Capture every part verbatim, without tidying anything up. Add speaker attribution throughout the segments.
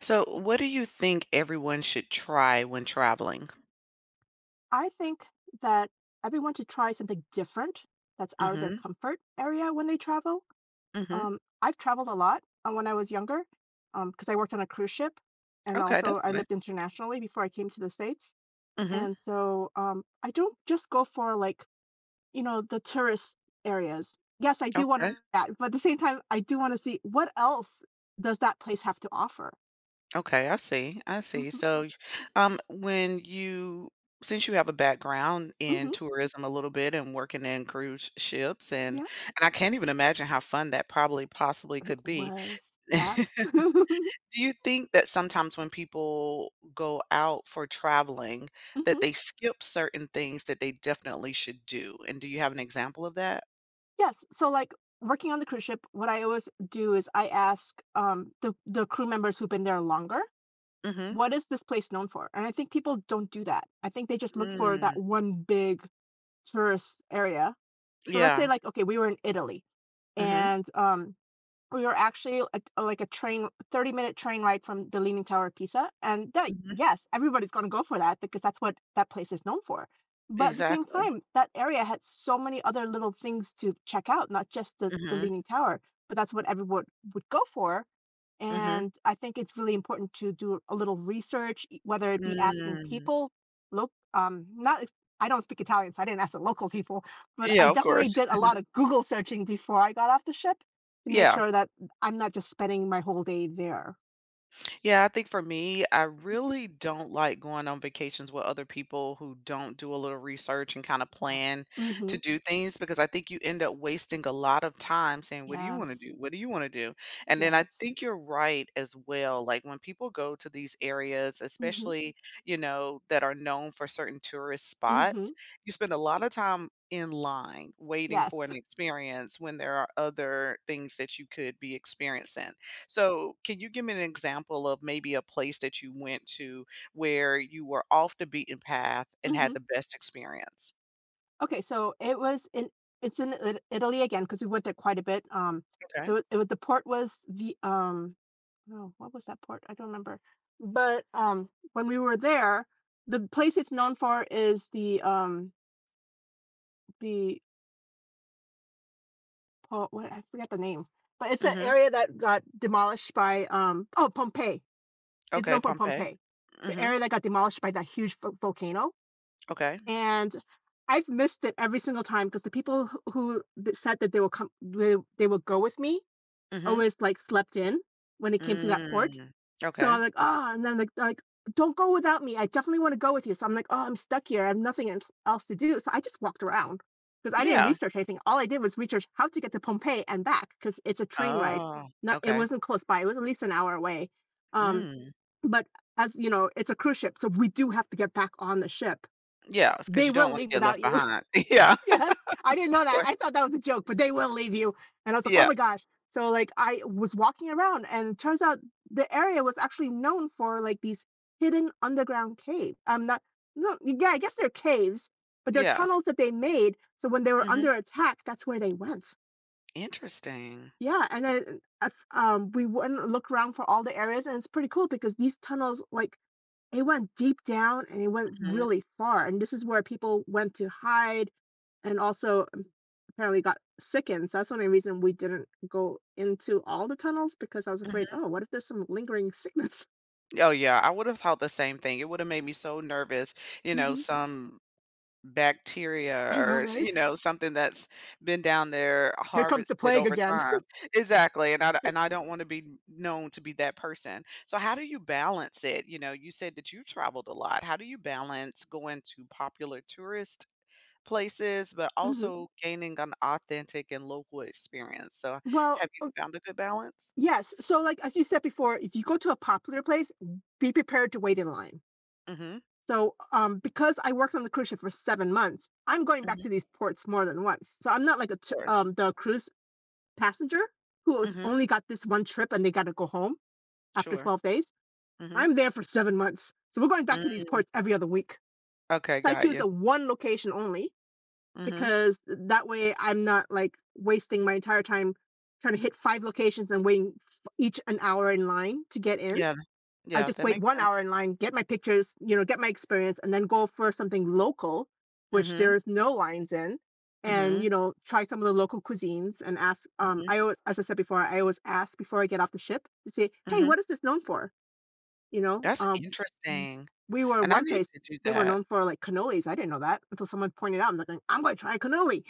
Speaker 1: So, what do you think everyone should try when traveling?
Speaker 2: I think that everyone should try something different that's out of their
Speaker 1: Mhm.
Speaker 2: comfort area when they travel.
Speaker 1: Mhm.
Speaker 2: Um, I've traveled a lot uh, when I was younger because I worked on a cruise ship and
Speaker 1: Okay,
Speaker 2: also
Speaker 1: that's
Speaker 2: I lived
Speaker 1: nice.
Speaker 2: internationally before I came to the States.
Speaker 1: Mhm.
Speaker 2: And so um, I don't just go for like, you know, the tourist areas. Yes, I do want
Speaker 1: Okay.
Speaker 2: to that, but at the same time, I do want to see what else does that place have to offer.
Speaker 1: Okay, I see. I see.
Speaker 2: Hmm.
Speaker 1: So, y- um when you Since you have a background in
Speaker 2: Hmm.
Speaker 1: tourism a little bit and working in cruise ships and
Speaker 2: Yeah,
Speaker 1: and I can't even imagine how fun that probably possibly
Speaker 2: it
Speaker 1: could be.
Speaker 2: was. Yes.
Speaker 1: Do you think that sometimes when people go out for traveling that
Speaker 2: Mhm.
Speaker 1: they skip certain things that they definitely should do? And do you have an example of that?
Speaker 2: Yes, so, like, working on the cruise ship, what I always do is I ask, um, the the crew members who've been there longer,
Speaker 1: Mhm.
Speaker 2: "What is this place known for?" And I think people don't do that. I think they just look for that
Speaker 1: Mm.
Speaker 2: one big tourist area. So let's say,
Speaker 1: Yeah.
Speaker 2: like, okay, we were in Italy,
Speaker 1: Mhm.
Speaker 2: and, um we were actually like, a, like a train thirty minute train ride from the Leaning Tower of Pisa, and that,
Speaker 1: Mhm.
Speaker 2: yes, everybody's going to go for that because that's what that place is known for. But at the same
Speaker 1: Exactly.
Speaker 2: time, that area had so many other little things to check out, not just the, the
Speaker 1: Mhm.
Speaker 2: Leaning Tower, but that's what everyone would go for.
Speaker 1: Mhm.
Speaker 2: And I think it's really important to do a little research, e- whether it be asking
Speaker 1: Mm.
Speaker 2: people, look, um, not, if- I don't speak Italian, so I didn't ask the local people, but I
Speaker 1: Yeah, of course.
Speaker 2: definitely did a lot of Google searching before I got off the ship to make
Speaker 1: Yeah.
Speaker 2: sure that I'm not just spending my whole day there.
Speaker 1: Yeah, I think for me, I really don't like going on vacations with other people who don't do a little research and kind of
Speaker 2: Yeah.
Speaker 1: plan to
Speaker 2: Mm-hmm.
Speaker 1: do things because I think you end up wasting a lot of time saying, "What do you want to do?
Speaker 2: Yes.
Speaker 1: What do you want to do?" And then I
Speaker 2: Yes.
Speaker 1: think you're right as well. Like when people go to these areas,
Speaker 2: Mm-hmm.
Speaker 1: especially, you know, that are known for certain tourist
Speaker 2: Mm-hmm.
Speaker 1: spots, you spend a lot of time in line waiting
Speaker 2: Yes.
Speaker 1: for an experience when there are other things that you could be experiencing. So, can you give me an example of maybe a place that you went to where you were off the beaten path and had
Speaker 2: Mm-hmm.
Speaker 1: the best experience?
Speaker 2: Okay, so it was in it's in It Italy again because we went there quite a bit, um,
Speaker 1: Okay.
Speaker 2: the it wa the port was the, um oh, what was that port? I don't remember, but, um, when we were there, the place it's known for is the, um, the po what, I forgot the name, but it's an
Speaker 1: Mhm.
Speaker 2: area that got demolished by, um oh, Pompeii. It's
Speaker 1: Okay,
Speaker 2: known for
Speaker 1: Pompeii.
Speaker 2: Pompeii, the
Speaker 1: Mhm.
Speaker 2: area that got demolished by that huge vo volcano.
Speaker 1: Okay.
Speaker 2: And I've missed it every single time because the people wh who that said that they will come they they will go with me
Speaker 1: Mhm.
Speaker 2: always, like, slept in when it came to that port.
Speaker 1: Mm.
Speaker 2: So I'm
Speaker 1: Okay.
Speaker 2: like, oh, and then, like like, "Don't go without me. I definitely wanna go with you." So I'm like, "Oh, I'm stuck here. I have nothing ens else to do." So I just walked around because I didn't
Speaker 1: Yeah.
Speaker 2: research anything. All I did was research how to get to Pompeii and back because it's a train ride.
Speaker 1: Oh,
Speaker 2: Not it
Speaker 1: okay.
Speaker 2: wasn't close by. It was at least an hour away. Um,
Speaker 1: Mm.
Speaker 2: but as you know, it's a cruise ship, so we do have to get back on the ship,
Speaker 1: Yeah, because
Speaker 2: they
Speaker 1: you don't
Speaker 2: will
Speaker 1: wanna
Speaker 2: leave
Speaker 1: get left
Speaker 2: without you.
Speaker 1: behind. Yeah.
Speaker 2: Yes. I didn't know that.
Speaker 1: Or
Speaker 2: I thought that was a joke, but they will leave you. And I was like, oh
Speaker 1: yeah,
Speaker 2: my gosh. So like I was walking around and it turns out the area was actually known for like these hidden underground caves. I'm not no, yeah, I guess they're caves, but they're
Speaker 1: yeah.
Speaker 2: tunnels that they made. So when they were
Speaker 1: Mhm.
Speaker 2: under attack, that's where they went.
Speaker 1: Interesting.
Speaker 2: Yeah, and then uh, um, we went and looked around for all the areas, and it's pretty cool because these tunnels, like, it went deep down and it went
Speaker 1: Mhm,
Speaker 2: really far. And this is where people went to hide and also apparently got sickened. So that's the only reason we didn't go into all the tunnels because I was afraid,
Speaker 1: mhm.
Speaker 2: oh, what if there's some lingering sickness?
Speaker 1: Oh, yeah, I would have thought the same thing. It would have made me so nervous, you know,
Speaker 2: Mhm.
Speaker 1: some bacteria
Speaker 2: I know,
Speaker 1: or s
Speaker 2: right?
Speaker 1: you know, something that's been down there uh,
Speaker 2: Here comes the
Speaker 1: harvested
Speaker 2: plague
Speaker 1: over
Speaker 2: again.
Speaker 1: time. Exactly, and I d- and I don't wanna be known to be that person. So how do you balance it? You know, you said that you traveled a lot. How do you balance going to popular tourist places, but
Speaker 2: Mhm.
Speaker 1: also gaining an authentic and local experience? So
Speaker 2: Well,
Speaker 1: have you found a good balance?
Speaker 2: yes. So, like as you said before, if you go to a popular place, be prepared to wait in line.
Speaker 1: Mhm,
Speaker 2: So, um, because I worked on the cruise ship for seven months, I'm going
Speaker 1: mhm,
Speaker 2: back
Speaker 1: of
Speaker 2: to these ports more than once. So I'm not like a t-
Speaker 1: course.
Speaker 2: um, the cruise passenger who has
Speaker 1: Mhm,
Speaker 2: only got this one trip and they got to go home after
Speaker 1: sure.
Speaker 2: twelve days.
Speaker 1: Mhm.
Speaker 2: I'm there for seven months. So we're going back to these
Speaker 1: Mm.
Speaker 2: ports every other week.
Speaker 1: Okay,
Speaker 2: So I
Speaker 1: got
Speaker 2: choose
Speaker 1: you.
Speaker 2: the one location only
Speaker 1: Mhm.
Speaker 2: because that way I'm not like wasting my entire time trying to hit five locations and waiting each an hour in line to get in.
Speaker 1: Yeah.
Speaker 2: I
Speaker 1: Yeah,
Speaker 2: just
Speaker 1: that
Speaker 2: wait
Speaker 1: makes
Speaker 2: one hour
Speaker 1: sense.
Speaker 2: in line, get my pictures, you know, get my experience, and then go for something local, which
Speaker 1: Mhm.
Speaker 2: there's no lines in, and
Speaker 1: Mhm,
Speaker 2: you know, try some of the local cuisines and ask. Um,
Speaker 1: mhm,
Speaker 2: I always, as I said before, I always ask before I get off the ship to say, "Hey,
Speaker 1: mhm.
Speaker 2: what is this known for?" You know,
Speaker 1: That's
Speaker 2: um,
Speaker 1: interesting,
Speaker 2: we were
Speaker 1: and I
Speaker 2: one
Speaker 1: need
Speaker 2: place,
Speaker 1: to do
Speaker 2: they were
Speaker 1: that.
Speaker 2: known for, like, cannolis, I didn't know that until someone pointed out, I'm like, "I'm gonna try a cannoli."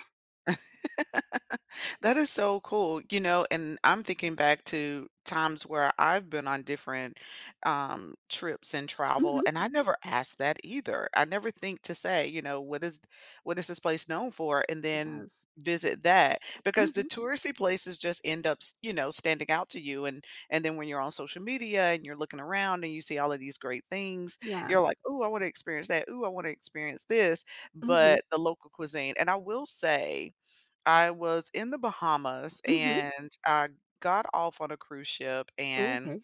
Speaker 1: That is so cool, you know, and I'm thinking back to times where I've been on different, um, trips and travel,
Speaker 2: Mhm.
Speaker 1: and I never asked that either. I never think to say, you know, "What is "what is this place known for?" And then
Speaker 2: Yes.
Speaker 1: visit that, because the
Speaker 2: Mhm.
Speaker 1: touristy places just end up, s you know, standing out to you, and and then when you're on social media and you're looking around and you see all of these great things, you're like,
Speaker 2: Yes.
Speaker 1: "Oh, I wanna experience that. Ooh, I wanna experience this,"
Speaker 2: Mhm.
Speaker 1: but the local cuisine, and I will say I was in the Bahamas. Mm.
Speaker 2: Mhm.
Speaker 1: And I got off on a cruise ship
Speaker 2: Oh,
Speaker 1: and
Speaker 2: okay.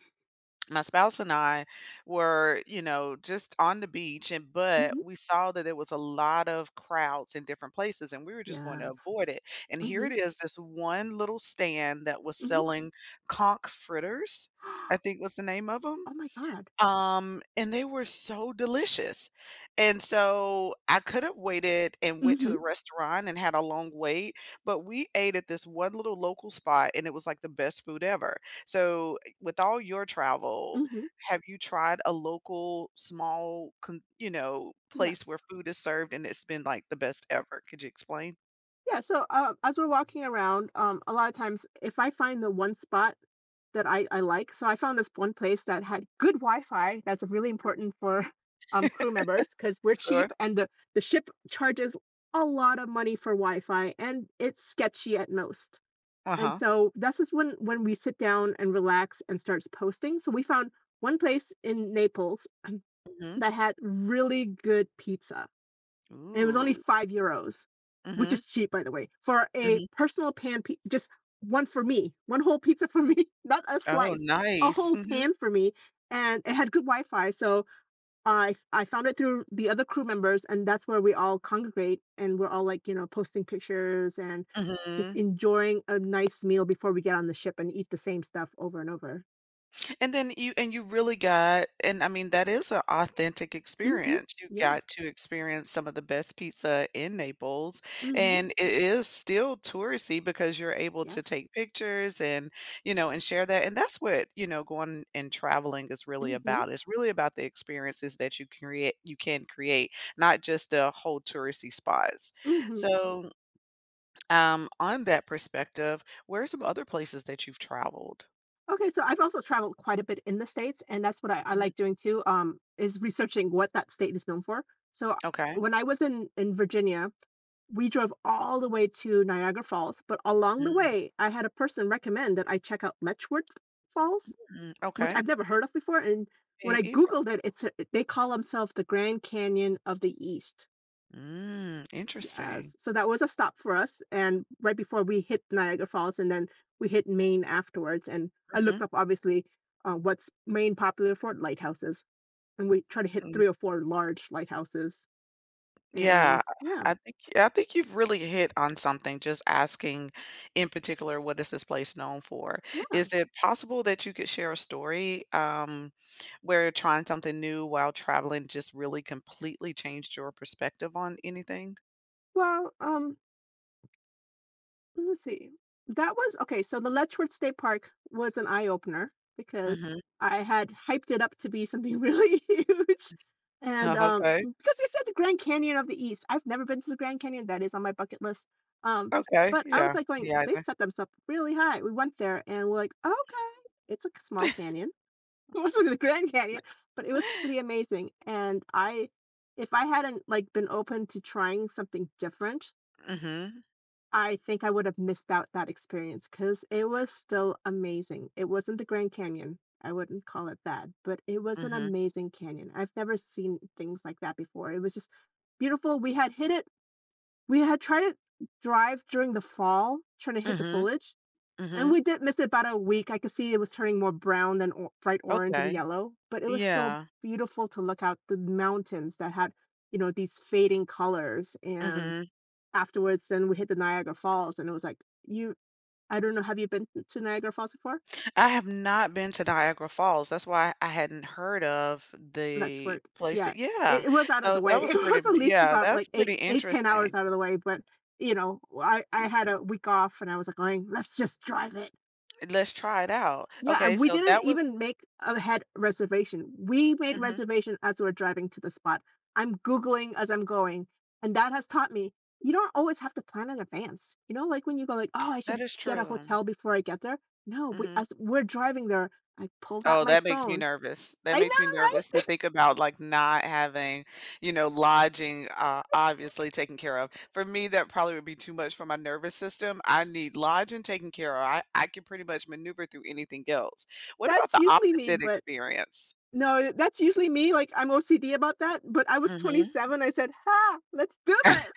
Speaker 1: my spouse and I were, you know, just on the beach, and but
Speaker 2: Mhm.
Speaker 1: we saw that there was a lot of crowds in different places and we were just going to
Speaker 2: Yes.
Speaker 1: avoid it. And here it
Speaker 2: Mhm.
Speaker 1: is, this one little stand that was
Speaker 2: Mhm.
Speaker 1: selling conch fritters, I think was the name of them.
Speaker 2: Oh my god.
Speaker 1: Um, and they were so delicious, and so I could have waited and went to
Speaker 2: Mhm.
Speaker 1: the restaurant and had a long wait, but we ate at this one little local spot, and it was, like, the best food ever. So, eh, with all your travel,
Speaker 2: Mhm.
Speaker 1: have you tried a local small con you know, place
Speaker 2: Yes.
Speaker 1: where food is served and it's been, like, the best ever? Could you explain?
Speaker 2: Yeah, so, uh, as we're walking around, um, a lot of times, if I find the one spot that I I like. So I found this one place that had good Wi-Fi. That's really important for um, crew members because we're
Speaker 1: Sure.
Speaker 2: cheap and the the ship charges a lot of money for Wi-Fi and it's sketchy at most. And
Speaker 1: Uh-huh.
Speaker 2: so this is when when we sit down and relax and starts posting. So we found one place in Naples
Speaker 1: Mhm.
Speaker 2: that had really good pizza and it was only
Speaker 1: Ooh.
Speaker 2: five euros, which is
Speaker 1: Mhm.
Speaker 2: cheap, by the way, for a
Speaker 1: Mhm.
Speaker 2: personal pan, pi- just one for me, one whole pizza for me, not a
Speaker 1: Oh,
Speaker 2: slice, a
Speaker 1: nice.
Speaker 2: whole
Speaker 1: Mhm.
Speaker 2: pan for me. And it had good Wi-Fi, so I I found it through the other crew members, and that's where we all congregate, and we're all like you know posting pictures and just
Speaker 1: Mhm.
Speaker 2: enjoying a nice meal before we get on the ship and eat the same stuff over and over.
Speaker 1: And then you and you really got, and I mean, that is an authentic
Speaker 2: Hmm.
Speaker 1: experience. You
Speaker 2: Yes.
Speaker 1: got to experience some of the best pizza in Naples,
Speaker 2: Hmm.
Speaker 1: and it is still touristy because you're able to
Speaker 2: Yes.
Speaker 1: take pictures and, you know, and share that, and that's what, you know, going and traveling is really
Speaker 2: Hmm.
Speaker 1: about. It's really about the experiences that you create you can create, not just the whole touristy spots.
Speaker 2: Hmm.
Speaker 1: So, um, on that perspective, where are some other places that you've traveled?
Speaker 2: Okay, so I've also traveled quite a bit in the States, and that's what I, I
Speaker 1: Mhm.
Speaker 2: like doing too, um, is researching what that state is known for. So
Speaker 1: Okay.
Speaker 2: when I was in, in Virginia, we drove all the way to Niagara Falls, but along the way, I had a person recommend that I check out Letchworth Falls,
Speaker 1: Mm,
Speaker 2: which
Speaker 1: okay.
Speaker 2: I've never heard of before. And when
Speaker 1: Me
Speaker 2: I
Speaker 1: either.
Speaker 2: Googled it, it's a, they call themselves the Grand Canyon of the East.
Speaker 1: Mm, interesting.
Speaker 2: Yes, so that was a stop for us, and right before we hit Niagara Falls, and then we hit Maine afterwards, and I looked
Speaker 1: Mhm.
Speaker 2: up, obviously, uh, what's Maine popular for? Lighthouses, and we try to hit
Speaker 1: Mm,
Speaker 2: three or four large lighthouses,
Speaker 1: yeah,
Speaker 2: and yeah,
Speaker 1: I think yeah, I think you've really hit on something, just asking in particular, "What is this place known for?"
Speaker 2: yeah.
Speaker 1: Is it possible that you could share a story, um, where trying something new while traveling just really completely changed your perspective on anything?
Speaker 2: Well, um let's see. That was okay, so the Letchworth State Park was an eye opener because
Speaker 1: Mhm.
Speaker 2: I had hyped it up to be something really huge, and,
Speaker 1: Oh,
Speaker 2: um,
Speaker 1: okay.
Speaker 2: because it's at the Grand Canyon of the East. I've never been to the Grand Canyon, that is on my bucket list, um,
Speaker 1: Okay.
Speaker 2: but I was,
Speaker 1: Yeah.
Speaker 2: like, going,
Speaker 1: Yeah. Me
Speaker 2: "They
Speaker 1: either.
Speaker 2: set themselves up really high." We went there and we're like, "Okay, it's like a small canyon." It wasn't the Grand Canyon, but it was pretty amazing, and I if I hadn't, like, been open to trying something different
Speaker 1: Mhm.
Speaker 2: I think I would have missed out that experience because it was still amazing. It wasn't the Grand Canyon. I wouldn't call it that, but it was an
Speaker 1: Mhm.
Speaker 2: amazing canyon. I've never seen things like that before. It was just beautiful. We had hit it. We had tried to drive during the fall, trying to hit the
Speaker 1: Mhm.
Speaker 2: foliage, and
Speaker 1: Mhm.
Speaker 2: we did miss it about a week. I could see it was turning more brown than or bright orange and
Speaker 1: Okay.
Speaker 2: yellow, but it was still
Speaker 1: Yeah.
Speaker 2: beautiful to look out the mountains that had, you know, these fading colors. And
Speaker 1: Mhm.
Speaker 2: afterwards, then we hit the Niagara Falls, and it was like, you I don't know, have you been to Niagara Falls before?
Speaker 1: I have not been to Niagara Falls. That's why I hadn't heard of the
Speaker 2: Letchworth.
Speaker 1: place
Speaker 2: Yeah,
Speaker 1: that Yeah.
Speaker 2: it it was out of
Speaker 1: So
Speaker 2: the
Speaker 1: that
Speaker 2: way.
Speaker 1: was
Speaker 2: It
Speaker 1: pretty
Speaker 2: was at least
Speaker 1: yeah,
Speaker 2: about,
Speaker 1: that's
Speaker 2: like, 8
Speaker 1: pretty
Speaker 2: eight, ten
Speaker 1: interesting.
Speaker 2: hours out of the way, but, you know, I I had a week off, and I was like going, "Let's just drive it."
Speaker 1: Let's try it out.
Speaker 2: Yeah,
Speaker 1: Okay,
Speaker 2: and we
Speaker 1: so
Speaker 2: didn't
Speaker 1: that was
Speaker 2: even make a head reservation. We made
Speaker 1: mhm.
Speaker 2: reservation as we're driving to the spot. I'm Googling as I'm going, and that has taught me, you don't always have to plan in advance. You know, like when you go like, "Oh, I
Speaker 1: That
Speaker 2: should
Speaker 1: is
Speaker 2: get a
Speaker 1: true.
Speaker 2: hotel before I get there." No, we
Speaker 1: Mhm.
Speaker 2: as we're driving there, I pulled out
Speaker 1: Oh,
Speaker 2: my
Speaker 1: that makes me
Speaker 2: phone.
Speaker 1: nervous. That
Speaker 2: I
Speaker 1: makes me nervous
Speaker 2: know,
Speaker 1: to
Speaker 2: right?
Speaker 1: think about, like, not having, you know, lodging, uh, obviously taken care of. For me, that probably would be too much for my nervous system. I need lodging taken care of. I I can pretty much maneuver through anything else. What about
Speaker 2: That's
Speaker 1: the
Speaker 2: usually me,
Speaker 1: opposite
Speaker 2: but
Speaker 1: experience?
Speaker 2: no, that's usually me, like, I'm O C D about that, but I was
Speaker 1: Mhm.
Speaker 2: twenty-seven, I said, "Ha, let's do this,"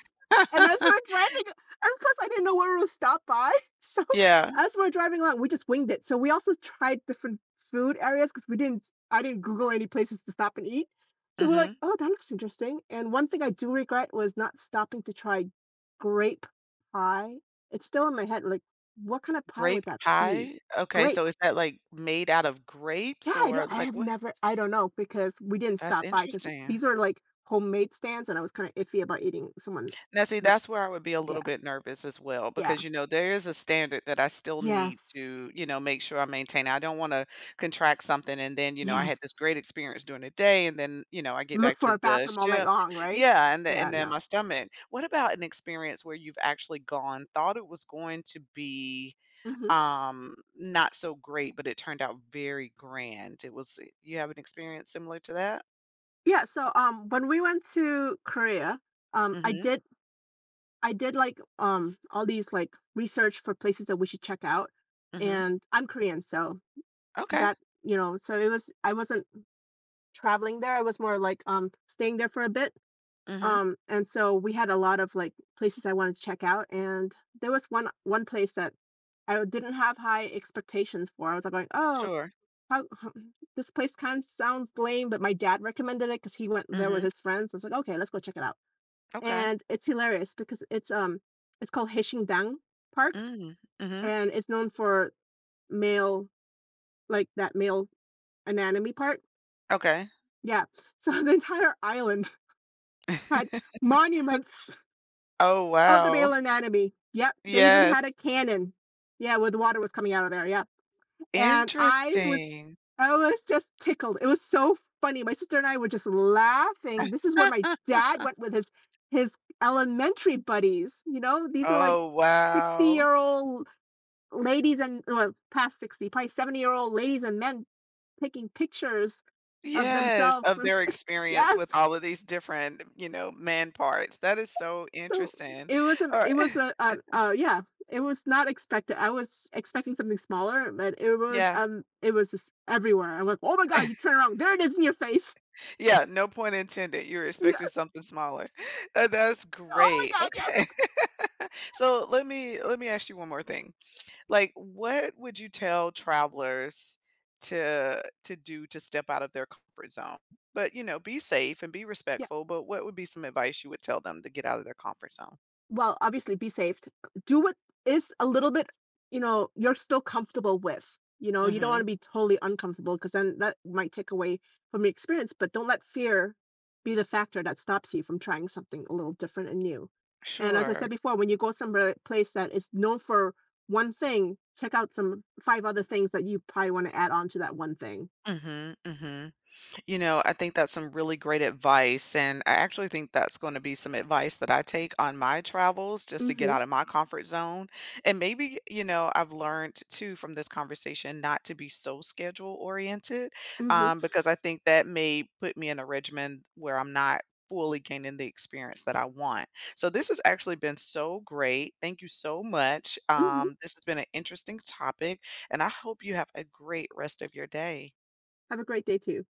Speaker 2: and as we're driving and plus I didn't know where we'll stop by, so
Speaker 1: Yeah,
Speaker 2: as we're driving along, we just winged it, so we also tried different food areas because we didn't I didn't Google any places to stop and eat, so we're like,
Speaker 1: mhm.
Speaker 2: "Oh, that looks interesting," and one thing I do regret was not stopping to try grape pie. It's still in my head, like, what kind of pie would
Speaker 1: Grape
Speaker 2: that be?
Speaker 1: pie? Okay, so
Speaker 2: Grape.
Speaker 1: is that, like, made out of
Speaker 2: Yeah,
Speaker 1: grapes,
Speaker 2: I
Speaker 1: or,
Speaker 2: don't I
Speaker 1: like,
Speaker 2: have
Speaker 1: what?
Speaker 2: never I don't know because we didn't
Speaker 1: That's
Speaker 2: stop by because
Speaker 1: interesting.
Speaker 2: these are, like, homemade stands, and I was kinda iffy about eating someone
Speaker 1: Now see,
Speaker 2: that,
Speaker 1: that's where I would be a little
Speaker 2: yeah,
Speaker 1: bit nervous as well
Speaker 2: yeah.
Speaker 1: because, you know, there is a standard that I still need
Speaker 2: Yes,
Speaker 1: to, you know, make sure I maintain. I don't wanna contract something and then, you know, I had this
Speaker 2: yes.
Speaker 1: great experience during the day and then, you know, I get
Speaker 2: Look
Speaker 1: back
Speaker 2: for
Speaker 1: to
Speaker 2: a
Speaker 1: the
Speaker 2: bathroom all night
Speaker 1: ship.
Speaker 2: long, right?
Speaker 1: Yeah, and then
Speaker 2: Yeah,
Speaker 1: and then
Speaker 2: no.
Speaker 1: my stomach. What about an experience where you've actually gone, thought it was going to be,
Speaker 2: Mhm.
Speaker 1: um, not so great, but it turned out very grand? It was eh, you have an experience similar to that?
Speaker 2: Yeah, so, um, when we went to Korea, um, I
Speaker 1: Mhm,
Speaker 2: did I did, like, um, all these, like, research for places that we should check out,
Speaker 1: mhm.
Speaker 2: and I'm Korean, so
Speaker 1: Okay.
Speaker 2: that you know, so it was I wasn't traveling there, I was more, like, um, staying there for a bit.
Speaker 1: Mhm.
Speaker 2: Um, and so we had a lot of, like, places I wanted to check out, and there was one one place that I didn't have high expectations for. I was, like, going, "Oh,
Speaker 1: Sure.
Speaker 2: how this place kinda sounds lame," but my dad recommended it because he went there with
Speaker 1: Mhm.
Speaker 2: his friends. I was, like, "Okay, let's go check it out."
Speaker 1: Okay.
Speaker 2: And it's hilarious because it's, um it's called Heishingang Park,
Speaker 1: Mm, mhm.
Speaker 2: and it's known for male like, that male anatomy part.
Speaker 1: Okay.
Speaker 2: Yeah. So the entire island had monuments
Speaker 1: Oh,
Speaker 2: of the
Speaker 1: wow.
Speaker 2: Baylor Anatomy. Yep. They even
Speaker 1: Yes.
Speaker 2: had a cannon. Yeah, where the water was coming out of there. Yeah. And I was
Speaker 1: Interesting.
Speaker 2: I was just tickled. It was so funny. My sister and I were just laughing. This is where my dad went with his his elementary buddies. You know, these are like
Speaker 1: Oh,
Speaker 2: 60
Speaker 1: wow.
Speaker 2: year old ladies and well, past sixty, probably seventy year old ladies and men taking pictures of
Speaker 1: Yes,
Speaker 2: themselves.
Speaker 1: of their experience
Speaker 2: Yes,
Speaker 1: with all of these different, you know, man parts. That is so
Speaker 2: so,
Speaker 1: interesting.
Speaker 2: it was a
Speaker 1: All
Speaker 2: it was
Speaker 1: right.
Speaker 2: a uh, uh, yeah, it was not expected. I was expecting something smaller, but it was,
Speaker 1: Yeah.
Speaker 2: um, it was just everywhere. I'm like, "Oh my god," you turn around, there it is in your face.
Speaker 1: Yeah, no point intended. You were expecting
Speaker 2: Yes.
Speaker 1: something smaller. Uh, that's
Speaker 2: "Oh
Speaker 1: great.
Speaker 2: my god, yes."
Speaker 1: Okay. So, let me let me ask you one more thing. Like, what would you tell travelers to to do to step out of their comfort zone? But, you know, be safe and be
Speaker 2: Yeah.
Speaker 1: respectful, but what would be some advice you would tell them to get out of their comfort zone?
Speaker 2: Well, obviously be safe. Do what is a little bit, you know, you're still comfortable with. You know, you don't
Speaker 1: Mhm.
Speaker 2: want to be totally uncomfortable because then that might take away from your experience, but don't let fear be the factor that stops you from trying something a little different and new. And as I
Speaker 1: Sure.
Speaker 2: said before, when you go somewhere place that is known for one thing, check out some five other things that you probably want to add on to that one thing.
Speaker 1: Mhm, mhm. You know, I think that's some really great advice. And I actually think that's going to be some advice that I take on my travels just to get
Speaker 2: Mm-hmm.
Speaker 1: out of my comfort zone. And maybe, you know, I've learned too from this conversation not to be so schedule oriented,
Speaker 2: Mm-hmm.
Speaker 1: um, because I think that may put me in a regimen where I'm not fully gaining the experience that I want. So this has actually been so great. Thank you so much.
Speaker 2: Mm-hmm.
Speaker 1: Um, this has been an interesting topic, and I hope you have a great rest of your day.
Speaker 2: Have a great day too.